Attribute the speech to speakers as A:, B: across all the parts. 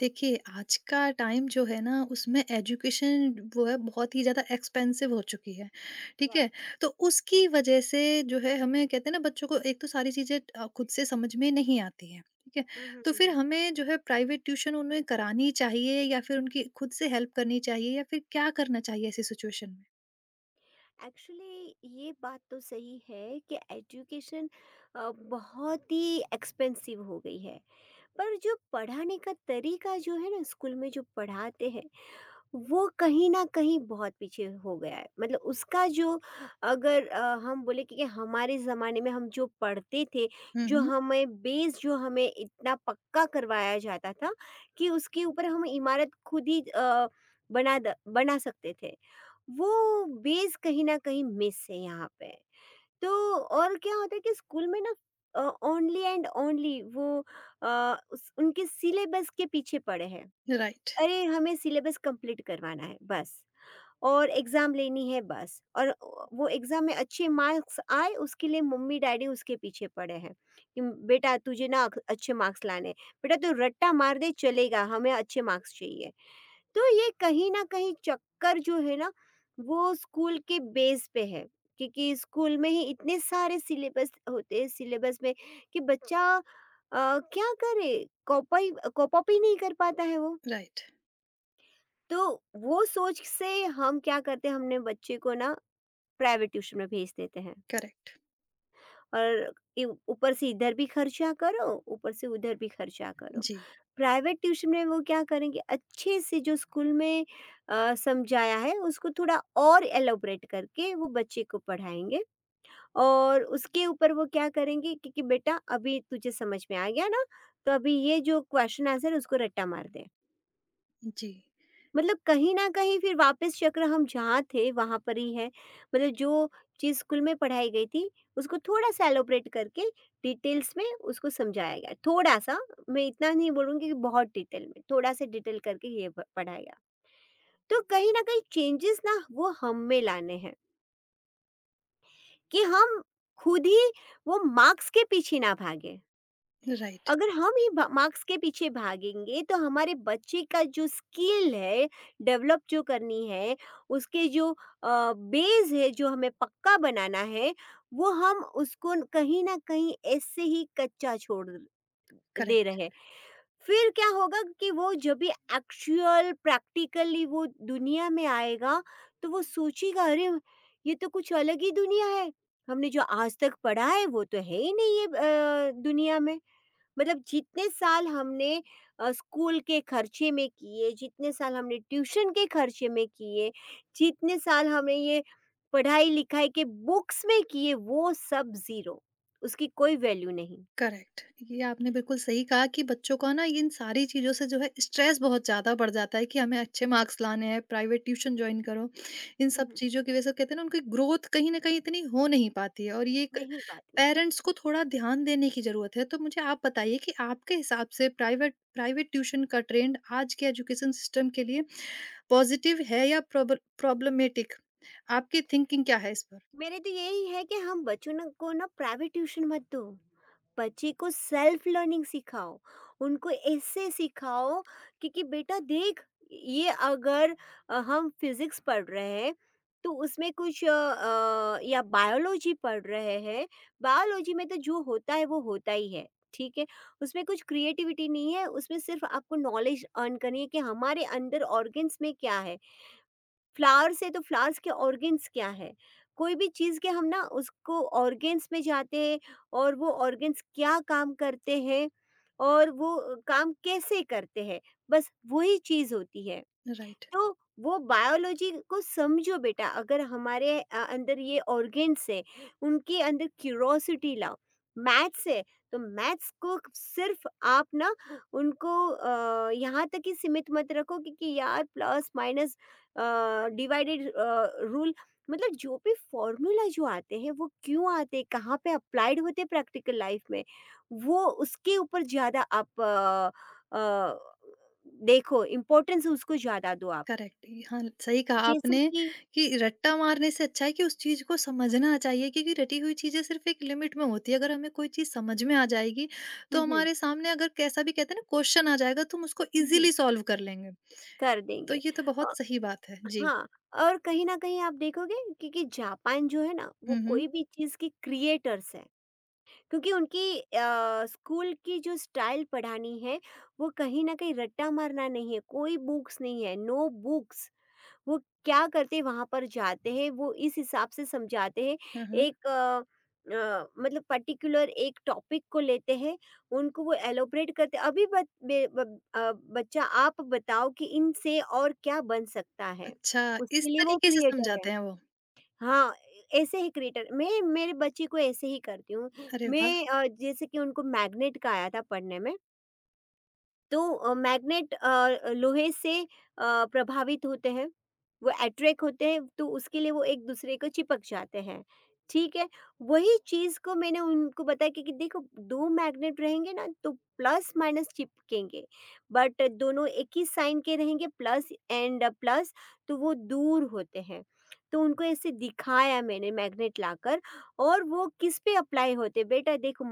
A: देखिए, आज का टाइम जो है ना उसमें एजुकेशन वो है बहुत ही ज़्यादा एक्सपेंसिव हो चुकी है, ठीक है?
B: राइट।
A: तो उसकी वज़ह से जो है हमें कहते हैं ना बच्चों को एक तो सारी चीज़ें खुद से समझ में नहीं आती हैं, ठीक है?
B: हम्म, हम्म,
A: तो फिर
B: हम्म।
A: हमें जो है प्राइवेट ट्यूशन उन्हें करानी चाहिए या फिर उनकी खुद से हेल्प करनी चाहिए या फिर क्या करना चाहिए ऐसी सिचुएशन में?
B: एक्चुअली ये बात तो सही है कि एजुकेशन बहुत ही एक्सपेंसिव हो गई है। पर जो पढ़ाने का तरीका जो है ना स्कूल में जो पढ़ाते हैं वो कहीं न कहीं बहुत पीछे हो गया है। मतलब उसका जो अगर हम बोले कि हमारे ज़माने में हम जो पढ़ते थे,
A: हुँ,
B: जो
A: हुँ।
B: हमें बेस जो हमें इतना पक्का करवाया जाता था कि उसके ऊपर हम इमारत खुद ही बना सकते थे। वो बेस कहीं न कहीं मिस है यहाँ पे। तो और क्या होता है कि स्कूल में ना अ, ओनली एंड ओनली वो उस उनके सिलेबस के पीछे पड़े हैं।
A: राइट,
B: अरे हमें सिलेबस कंप्लीट करवाना है बस और एग्ज़ाम लेनी है बस और वो एग्ज़ाम में अच्छे मार्क्स आए उसके लिए मम्मी-डैडी उसके पीछे पड़े हैं कि बेटा तुझे ना अक अच्छे मार्क्स लाने हैं, बेटा तू रट्टा मार दे चलेगा हमें अच्छे मार्क्स चाहिए। तो ये कहीं न कहीं चक्कर जो है ना वो स्कूल के बेस पे है क्योंकि स्कूल में ही इतने सारे सिलेबस होते हैं सिलेबस में कि बच्चा क्या करे? कॉप अप ही नहीं कर पाता है वो।
A: राइट,
B: तो वो सोच से हम क्या करते हैं हमने बच्चे को ना प्राइवेट ट्यूशन में भेज देते हैं
A: करेक्ट।
B: और ये ऊपर से इधर भी खर्चा करो ऊपर से उधर भी खर्चा करो।
A: जी,
B: प्राइवेट ट्यूशन में वो क्या करेंगे अच्छे से जो स्कूल में समझाया है उसको थोड़ा और एलोबरेट करके वो बच्चे को पढ़ाएंगे और उसके ऊपर वो क्या करेंगे क्योंकि बेटा अभी तुझे समझ में आ गया ना तो अभी ये जो क्वेश्चन आंसर है उसको रट्टा मार दे।
A: जी,
B: मतलब कहीं न कहीं फिर वापस चक्र हम जहाँ थे वहाँ पर ही है। मतलब जो चीज़ स्कूल में पढ़ाई गई थी उसको थोड़ा-सा एलॉबरेट करके डिटेल्स में उसको समझाया गया। थोड़ा-सा, मैं इतना नहीं बोलूँगी कि बहुत डिटेल में, थोड़ा-सा डिटेल करके ये प पढ़ाया गया। तो कहीं न कहीं चेंजेस ना वो हम में लाने हैं कि हम खुद ही वो मार्क्स के पीछे ना भागें।
A: राइट,
B: अगर हम ही मार्क्स के पीछे भागेंगे तो हमारे बच्चे का जो स्किल है डेवलप जो करनी है उसके जो बेस है जो हमें पक्का बनाना है वो हम उसको कहीं ना कहीं ऐसे ही कच्चा छोड़ दे
A: करेक्ट।
B: रहे हैं। फिर क्या होगा कि वो जब भी एक्चुअल प्रैक्टिकली वो दुनिया में आएगा तो वो सोचेगा अरे ये तो कुछ अलग ही दुनिया है हमने जो आज तक पढ़ा है वो तो है ही नहीं ये दुनिया में। मतलब जितने साल हमने स्कूल के खर्चे में किए, जितने साल हमने ट्यूशन के खर्चे में किए, जितने साल हमने ये पढ़ाई-लिखाई के बुक्स में किए, वो सब ज़ीरो, उसकी कोई वैल्यू नहीं।
A: करेक्ट। ये आपने बिल्कुल सही कहा कि बच्चों का ना इन सारी चीज़ों से जो है स्ट्रेस बहुत ज़्यादा बढ़ जाता है कि हमें अच्छे मार्क्स लाने हैं, प्राइवेट ट्यूशन जॉइन करो। इन
B: हुँ,
A: सब
B: हुँ।
A: चीज़ों की वज़ह से कहते हैं ना उनकी ग्रोथ कहीं न कहीं इतनी हो नहीं पाती है और ये एक
B: नहीं बात है।
A: पेरेंट्स को थोड़ा ध्यान देने की ज़रूरत है। तो मुझे आप बताइए कि आपके हिसाब से प्राइवेट प्राइवेट ट्यूशन का ट्रेंड आज के एजुकेशन सिस्टम के लिए पॉज़िटिव है या प्रॉब्लमैटिक? आपकी थिंकिंग क्या है इस पर?
B: मेरे तो यही है कि हम बच्चों न को ना प्राइवेट ट्यूशन मत दो। बच्चे को सेल्फ लर्निंग सिखाओ, उनको ऐसे सिखाओ कि बेटा देख ये अगर हम फिज़िक्स पढ़ रहे हैं तो उसमें कुछ या बायोलॉजी पढ़ रहे हैं, बायोलॉजी में तो जो होता है वो होता ही है, ठीक है? उसमें कुछ क्रिएटिविटी नहीं है, उसमें सिर्फ़ आपको नॉलेज अर्न करनी है कि हमारे अंदर ऑर्गन्स में क्या है? फ्लावर्स है तो फ्लावर्स के ऑर्गेन्स क्या है? कोई भी चीज़ के हम ना उसको ऑर्गेन्स में जाते हैं और वो ऑर्गेन्स क्या काम करते हैं और वो काम कैसे करते हैं, बस वही चीज़ होती है।
A: राइट।
B: तो वो बायोलॉजी को समझो बेटा अगर हमारे अंदर ये ऑर्गेन्स है उनके अंदर क्यूरोसिटी लाओ। मैथ्स है तो मैथ्स को सिर्फ आप ना उनको यहाँ तक ही सीमित मत रखो क्योंकि यार प्लस माइनस डिवाइडेड रूल मतलब जो भी फॉर्मूला जो आते हैं वो क्यों आते हैं कहाँ पे अप्लाइड होते हैं प्रैक्टिकल लाइफ में वो उसके ऊपर ज़्यादा आप अ, देखो इम्पोर्टेंस उसको ज़्यादा दो आप।
A: करेक्ट, ये हाँ, सही कहा
B: जैसे
A: आपने
B: कि
A: कि रट्टा मारने से अच्छा है कि उस चीज को समझना चाहिए क्योंकि रटी हुई चीजें सिर्फ एक लिमिट में होती है। अगर हमें कोई चीज समझ में आ जाएगी
B: हुँ,
A: तो
B: हुँ,
A: हमारे सामने अगर कैसा भी कहते हैं ना क्वेश्चन आ जाएगा तो हम उसको
B: हुँ, हुँ,
A: इजीली सॉल्व कर लेंगे।
B: कर
A: तो
B: देंगे।
A: ये तो
B: अ,
A: बहुत सही बात है जी।
B: हाँ, और कहीं न कहीं आप देखोगे क्योंकि जापान जो है ना, वो
A: हम्म,
B: कोई भी चीज़ के क्रिएटर्स हैं। क्योंकि उनकी स्कूल की जो स्टाइल पढ़ानी है, वो कहीं न कहीं रट्टा मारना नहीं है, कोई बुक्स नहीं है, नो बुक्स। वो क्या करते हैं वहाँ पर जाते हैं वो इस हिसाब से समझाते हैं।
A: हाँ हाँ,
B: एक मतलब पर्टिकुलर एक टॉपिक को लेते हैं उनको वो एलोबरेट करते अभी बच, बे- ब, अ, बच्चा आप बताओ कि इनसे और क्या बन सकता है।
A: अच्छा,
B: उसके
A: इस
B: लिए वो
A: तरीके से
B: क्रिएटर है।
A: समझाते हैं वो।
B: हाँ, ऐसे ही क्रिएटर मैं मेरे बच्चे को ऐसे ही करती हूँ।
A: अरे वाह,
B: मैं जैसे कि उनको मैग्नेट का आया था पढ़ने में तो मैग्नेट लोहे से प्रभावित होते हैं। वो अट्रैक्ट होते हैं तो उसके लिए वो एक दूसरे को चिपक जाते हैं, ठीक है। वही चीज़ को मैंने उनको बताया कि देखो दो मैग्नेट रहेंगे ना तो प्लस माइनस चिपकेंगे बट दोनों एक ही साइन के रहेंगे प्लस एंड प्लस तो वो दूर होते हैं। तो उनको ऐसे दिखाया मैंने मैग्नेट लाकर। और वो किस पे अप्लाई होते बेटा देखो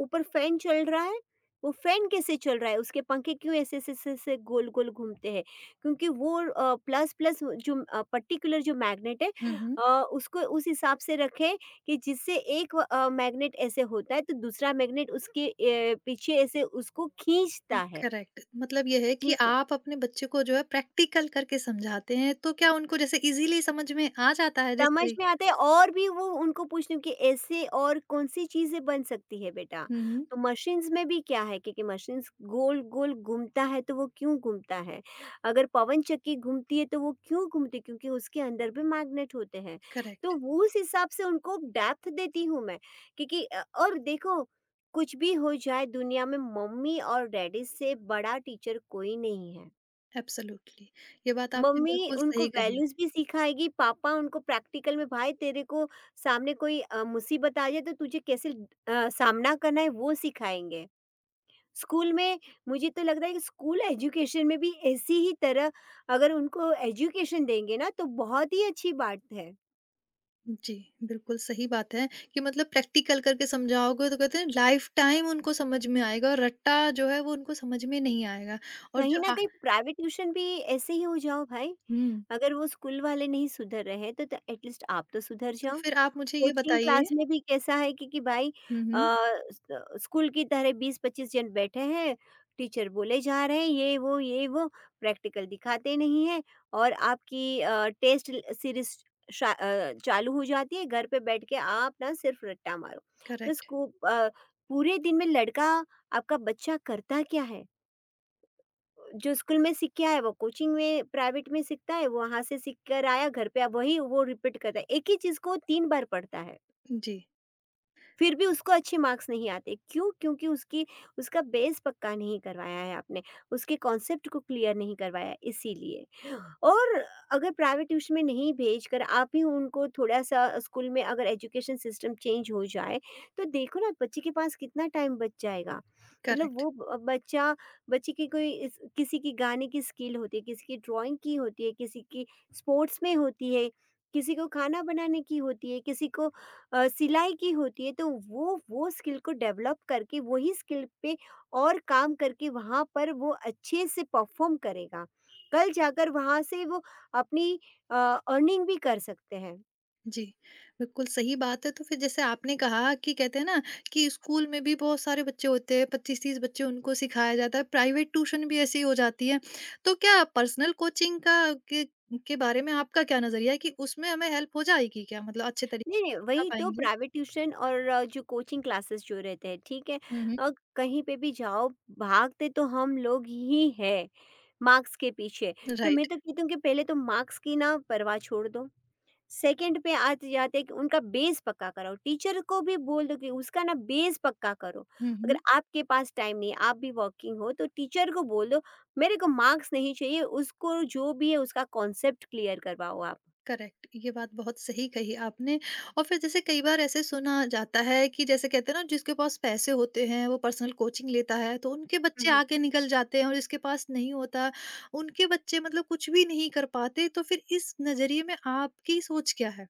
B: ऊपर फैन चल रहा है। वो फैन कैसे चल रहा है, उसके पंखे क्यों ऐसे-ऐसे-ऐसे गोल-गोल घूमते हैं? क्योंकि वो प्लस-प्लस जो पर्टिकुलर जो मैग्नेट है
A: हम्म,
B: उसको उस हिसाब से रखें कि जिससे एक मैग्नेट ऐसे होता है तो दूसरा मैग्नेट उसके पीछे ऐसे उसको खींचता है।
A: करेक्ट, मतलब यह है कि
B: ठीक है।
A: आप अपने बच्चे को जो है प्रैक्टिकल करके समझाते हैं तो क्या उनको जैसे इजीली समझ में आ जाता है जिस
B: समझ
A: तरीके?
B: में आता है और भी वो उनको पूछती हूँ कि ऐसे और कौन-सी चीज़ें बन सकती है बेटा?
A: हम्म,
B: तो मशीन्स में भी क्या है क्योंकि मशीन्स गोल-गोल घूमता है तो वो क्यों घूमता है? अगर पवन चक्की घूमती है तो वो क्यों घूमती है? क्योंकि उसके अंदर भी मैग्नेट होते हैं। तो
A: करेक्ट।
B: वो उस हिसाब से उनको डेप्थ देती हूँ मैं, क्योंकि और देखो कुछ भी हो जाए दुनिया में मम्मी और डैडी से बड़ा टीचर कोई नहीं है।
A: एब्सोल्युटली, ये बात आपने
B: मम्मी
A: बिल्कुल
B: उनको
A: सही कही।
B: वैल्यूज़ भी सिखाएगी, पापा उनको प्रैक्टिकल में भाई तेरे को सामने कोई मुसीबत आ जाए तो तुझे कैसे सामना करना है वो सिखाएँगे। स्कूल में मुझे तो लगता है कि स्कूल एजुकेशन में भी ऐसी ही तरह अगर उनको एजुकेशन देंगे ना तो बहुत ही अच्छी बात है।
A: जी, बिल्कुल सही बात है कि मतलब प्रैक्टिकल करके समझाओगे तो कहते हैं लाइफ टाइम उनको समझ में आएगा और रट्टा जो है वो उनको समझ में नहीं आएगा, और
B: कहीं
A: जो
B: न
A: आ।
B: कहीं प्राइवेट ट्यूशन भी ऐसे ही हो जाओ भाई,
A: हुँ,
B: अगर वो स्कूल वाले नहीं सुधर रहे हैं तो त एट लीस्ट आप तो सुधर
A: तो
B: जाओ।
A: फिर आप मुझे ये
B: कोचिंग क्लास
A: बताइए।
B: में भी कैसा है कि भाई
A: हुँ, हुँ,
B: अ, स्कूल की तरह 20-25 जन बैठे हैं टीचर बोले जा रहे हैं ये वो प्रैक्टिकल दिखाते नहीं है। और आपकी टेस्ट सीरीज चालू हो जाती है घर पे बैठ के आप ना सिर्फ रट्टा मारो। तो
A: करेक्ट।
B: स्कूल पूरे दिन में लड़का आपका बच्चा करता क्या है जो स्कूल में सीख के आया वो कोचिंग में प्राइवेट में सीखता है वहाँ से सीख कर आया घर पे अब वही वो रिपीट करता है एक ही चीज़ को 3 बार पढ़ता है।
A: जी,
B: फिर भी उसको अच्छे मार्क्स नहीं आते क्यों? क्योंकि उसकी उसका बेस पक्का नहीं करवाया है आपने, उसके कॉन्सेप्ट को क्लियर नहीं करवाया इसीलिए। और अगर प्राइवेट ट्यूशन में नहीं भेजकर आप ही उनको थोड़ा-सा स्कूल में अगर एजुकेशन सिस्टम चेंज हो जाए, तो देखो ना बच्चे के पास कितना टाइम बच जाएगा। मतलब
A: करेक्ट।
B: वो ब बच्चा बच्चे की कोई इस किसी की गाने की स्किल होती है, किसी की ड्राइंग की होती है, किसी की स्पोर्ट्स में होती है, किसी को खाना बनाने की होती है, किसी को सिलाई की होती है तो वो स्किल को डेवलप करके वही स्किल पे और काम करके वहाँ पर वो अच्छे से परफॉर्म करेगा। कल जाकर वहाँ से वो अपनी अर्निंग भी कर सकते हैं।
A: जी, बिल्कुल सही बात है। तो फिर जैसे आपने कहा कि कहते हैं ना कि स्कूल में भी बहुत सारे बच्चे होते हैं, 25-30 बच्चे उनको सिखाया जाता है, प्राइवेट ट्यूशन भी ऐसी हो जाती है। तो क्या पर्सनल कोचिंग का के बारे में आपका क्या नज़रिया है कि उसमें हमें हेल्प हो जाएगी क्या? मतलब अच्छे तरीके
B: नहीं, नहीं
A: से आ
B: वही तो
A: पाएँगे?
B: प्राइवेट ट्यूशन और जो कोचिंग क्लासेस जो रहते हैं, ठीक है?
A: हुँ, हुँ,
B: अ, कहीं पे भी जाओ भागते तो हम लोग ही हैं मार्क्स के पीछे। तो मैं
A: राइट।
B: तो कहती हूँ कि पहले तो मार्क्स की ना परवाह छोड़ दो। सेकंड पे आते जाते कि उनका बेस पक्का करो, टीचर को भी बोल दो कि उसका ना बेस पक्का करो।
A: हुँ,
B: अगर
A: हुँ,
B: आपके पास टाइम नहीं है, आप भी वर्किंग हो तो टीचर को बोल दो मेरे को मार्क्स नहीं चाहिए उसको जो भी है उसका कॉन्सेप्ट क्लियर करवाओ आप।
A: करेक्ट, ये बात बहुत सही कही आपने। और फिर जैसे कई बार ऐसे सुना जाता है कि जैसे कहते हैं ना जिसके पास पैसे होते हैं वो पर्सनल कोचिंग लेता है तो उनके बच्चे
B: हम्म,
A: आगे निकल जाते हैं और जिसके पास नहीं होता उनके बच्चे मतलब कुछ भी नहीं कर पाते, तो फिर इस नजरिए में आपकी सोच क्या है?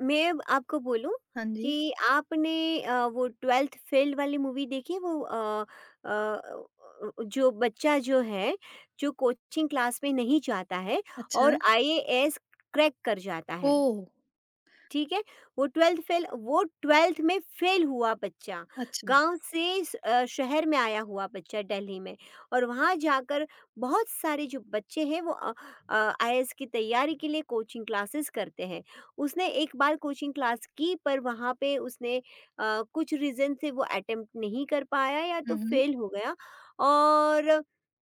B: मैं अब आपको बोलूं
A: हाँ जी,
B: कि आपने वो ट्वेल्थ फेल वाली मूवी देखी है वो अ, जो बच्चा जो है जो कोचिंग क्लास में नहीं जाता है और
A: अच्छा,
B: आईएएस क्रैक कर जाता
A: ओ,
B: है। ठीक है? वो 12th में फ़ेल हुआ बच्चा,
A: अच्छा,
B: गाँव से शहर में आया हुआ बच्चा दिल्ली में। और वहाँ जाकर बहुत सारे जो बच्चे हैं वो आईएएस की तैयारी के लिए कोचिंग क्लासेस करते हैं। उसने एक बार कोचिंग क्लास की, पर वहाँ पे उसने कुछ रीज़न से वो अटेम्प्ट नहीं कर पाया या तो
A: हम्म,
B: फ़ेल हो गया। और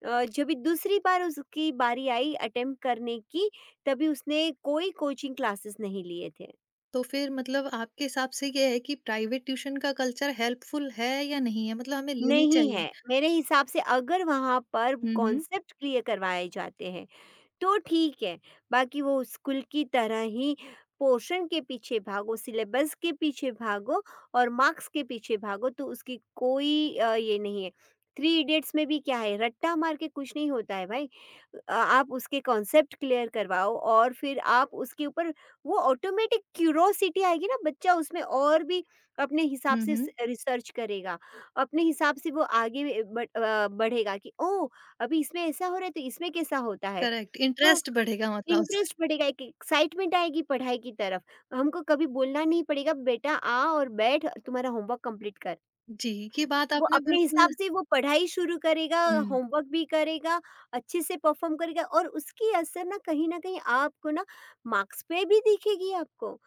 B: जब भी दूसरी बार उसकी बारी आई अटेम्प्ट करने की, तभी उसने कोई कोचिंग क्लासेस नहीं लिए थे।
A: तो फिर मतलब आपके हिसाब से ये है कि प्राइवेट ट्यूशन का कल्चर हेल्पफुल है या नहीं है, मतलब हमें लेनी
B: नहीं
A: चाहिए?
B: है। मेरे हिसाब से अगर वहाँ पर
A: हम्म,
B: कॉन्सेप्ट क्लियर करवाए जाते हैं, तो ठीक है, बाकी वो स्कूल की तरह ही पोर्शन के पीछे भागो, सिलेबस के पीछे भागो और मार्क्स के पीछे भागो तो उसकी कोई ये नहीं है। थ्री इडियट्स में भी क्या है, रट्टा मार के कुछ नहीं होता है भाई। आप उसके कॉन्सेप्ट क्लियर करवाओ और फिर आप उसके ऊपर वो ऑटोमेटिक क्यूरोसिटी आएगी ना, बच्चा उसमें और भी अपने हिसाब
A: हम्म,
B: से स
A: हम्म,
B: रिसर्च करेगा। अपने हिसाब से वो आगे बढ़ेगा कि ओह! अभी इसमें ऐसा हो रहा है तो इसमें कैसा होता है?
A: करेक्ट,
B: तो
A: इंटरेस्ट बढ़ेगा मतलब उसका।
B: इंटरेस्ट बढ़ेगा, एक एक्साइटमेंट आएगी पढ़ाई की तरफ। हमको कभी बोलना नहीं पड़ेगा, बेटा आ और बैठ, तुम्हारा होमवर्क कंप्लीट कर।
A: जी, ये बात
B: वो
A: आपने
B: अपने हिसाब
A: बिल्कुल,
B: से वो पढ़ाई शुरू करेगा,
A: हुँ,
B: होमवर्क भी करेगा, अच्छे से परफ़ॉर्म करेगा और उसकी असर ना कहीं न कहीं आपको ना, मार्क्स पे भी दिखेगी आपको।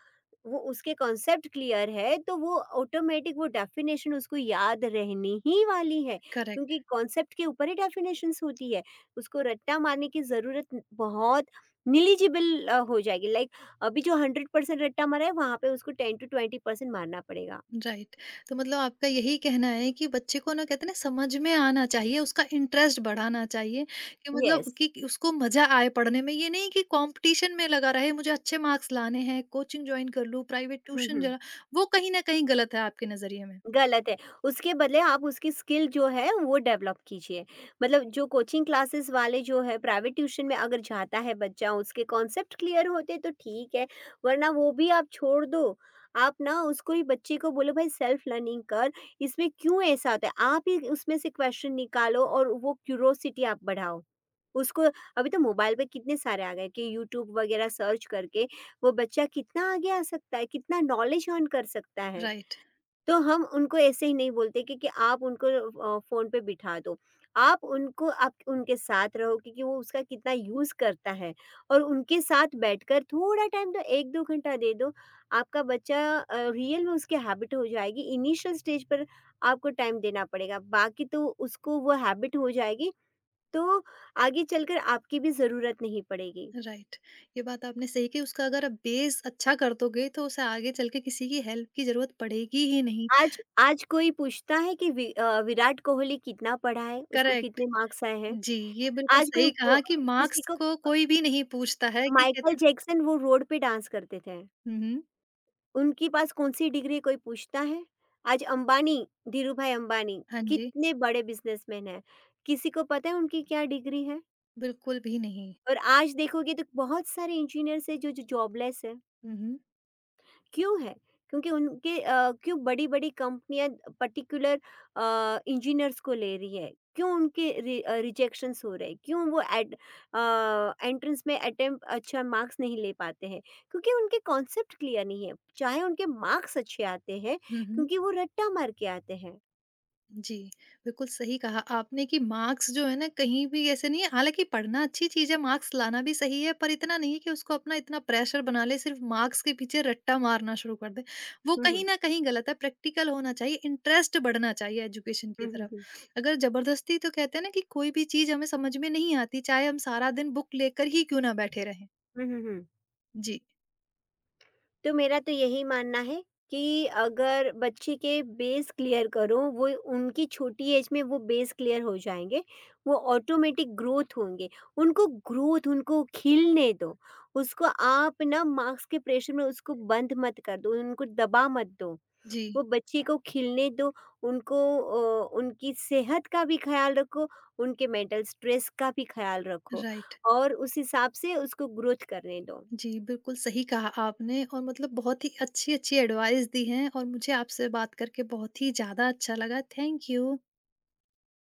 B: वो उसके कॉन्सेप्ट क्लियर है तो वो ऑटोमैटिक वो डेफ़िनेशन उसको याद रहनी ही वाली है,
A: करेक्ट,
B: क्योंकि कॉन्सेप्ट के ऊपर ही डेफ़िनेशंस होती है। उसको रट्टा मारने की ज़रूरत बहुत नेग्लिजिबल हो जाएगी, लाइक अभी जो 100% रट्टा मारा है, वहाँ पे उसको 10 टू 20% मारना पड़ेगा।
A: राइट। तो मतलब आपका यही कहना है कि बच्चे को ना कहते हैं ना समझ में आना चाहिए, उसका इंटरेस्ट बढ़ाना चाहिए कि मतलब
B: येस।
A: कि उसको मज़ा आए पढ़ने में। ये नहीं कि कॉम्पिटिशन में लगा रहे, मुझे अच्छे मार्क्स लाने हैं, कोचिंग जॉइन कर लूँ, प्राइवेट
B: हुँ,
A: ट्यूशन
B: हुँ।
A: ज, वो कहीं न कहीं गलत है आपके नज़रिए में।
B: गलत है। उसके बदले आप उसकी स्किल जो है वो डेवलप कीजिए। मतलब जो कोचिंग क्लासेस वाले जो है, प्राइवेट ट्यूशन में अगर जाता है बच्चा, उसके कॉन्सेप्ट क्लियर होते तो ठीक है, वरना वो भी आप छोड़ दो। आप ना उसको ही, बच्चे को बोलो भाई सेल्फ लर्निंग कर, इसमें क्यों ऐसा होता है? आप ही उसमें से क्वेश्चन निकालो और वो क्यूरोसिटी आप बढ़ाओ उसको। अभी तो मोबाइल पे कितने सारे आ गए कि यूट्यूब वगैरह सर्च करके वो बच्चा कितना आगे आ सकता है, कितना नॉलेज अर्न कर सकता है।
A: राइट,
B: तो हम उनको ऐसे ही नहीं बोलते कि आप उनको फ़ोन पे बिठा दो। आप उनके साथ रहो, क्योंकि वो उसका कितना यूज़ करता है, और उनके साथ बैठकर थोड़ा टाइम तो 1, 2 घंटा दे दो। आपका बच्चा रियल में उसकी हैबिट हो जाएगी। इनिशियल स्टेज पर आपको टाइम देना पड़ेगा, बाकी तो उसको वो हैबिट हो जाएगी, तो आगे चलकर आपकी भी ज़रूरत नहीं पड़ेगी।
A: राइट। ये बात आपने सही कही, उसका अगर आप बेस अच्छा कर दोगे, तो उसे आगे चल के किसी की हेल्प की ज़रूरत पड़ेगी ही नहीं।
B: आज आज कोई पूछता है कि विराट कोहली कितना पढ़ा है? उसको
A: करेक्ट।
B: कितने मार्क्स आए हैं?
A: जी, ये बिल्कुल
B: आज कोई
A: सही
B: को
A: कहा कि
B: किसी
A: मार्क्स
B: को,
A: को कोई भी नहीं पूछता है कि
B: माइकल
A: कहते हैं,
B: जैक्सन वो रोड पे डांस करते थे,
A: हुँ, हुँ।
B: उनके पास कौन-सी डिग्री है, कोई पूछता है? आज अंबानी, धीरूभाई अंबानी
A: हाँ जी,
B: कितने बड़े बिज़नेसमैन हैं। किसी को पता है उनकी क्या डिग्री है?
A: बिल्कुल भी नहीं।
B: और आज देखोगे तो बहुत सारे इंजीनियर्स हैं जो जो जॉबलेस है।
A: हुँ, हुँ।
B: क्यों है? क्योंकि उनके क्यों बड़ी-बड़ी कंपनियाँ पर्टिकुलर इंजीनियर्स को ले रही है? क्यों उनके रिजेक्शंस हो रहे हैं? क्यों वो अ, एंट्रेंस में अटेम्प्ट अच्छा मार्क्स नहीं ले पाते हैं? क्योंकि उनके कॉन्सेप्ट क्लियर नहीं है, चाहे उनके मार्क्स अच्छे आते हैं,
A: हुँ, हुँ।
B: क्योंकि वो रट्टा मार के आते हैं।
A: जी, बिल्कुल सही कहा आपने कि मार्क्स जो है ना कहीं भी ऐसे नहीं है। हालाँकि पढ़ना अच्छी चीज़ है, मार्क्स लाना भी सही है, पर इतना नहीं है कि उसको अपना इतना प्रेशर बना ले सिर्फ़ मार्क्स के पीछे रट्टा मारना शुरू कर दें। वो
B: हुँ,
A: कहीं
B: हुँ।
A: न कहीं गलत है, प्रैक्टिकल होना चाहिए, इंटरेस्ट बढ़ना चाहिए एजुकेशन
B: हुँ,
A: की
B: हुँ,
A: तरफ।
B: हुँ।
A: अगर ज़बरदस्ती, तो कहते हैं ना कि कोई भी चीज़ हमें समझ में नहीं आती, चाहे हम सारा दिन बुक लेकर ही क्यों ना बैठे रहें।
B: हुँ, हुँ, हुँ।
A: जी,
B: तो मेरा तो यही मानना है कि अगर बच्चे के बेस क्लियर करो, वो उनकी छोटी एज में वो बेस क्लियर हो जाएँगे, वो ऑटोमेटिक ग्रोथ होंगे। उनको खिलने दो, उसको आप ना मार्क्स के प्रेशर में उसको बंद मत कर दो, उनको दबा मत दो।
A: जी,
B: वो बच्चे को खिलने दो, उनको उनकी सेहत का भी ख़्याल रखो, उनके मेंटल स्ट्रेस का भी ख़्याल रखो
A: राइट।
B: और उस हिसाब से उसको ग्रोथ करने दो।
A: जी, बिल्कुल सही कहा आपने और मतलब बहुत ही अच्छी-अच्छी एडवाइस दी हैं और मुझे आपसे बात करके बहुत ही ज़्यादा अच्छा लगा। Thank you.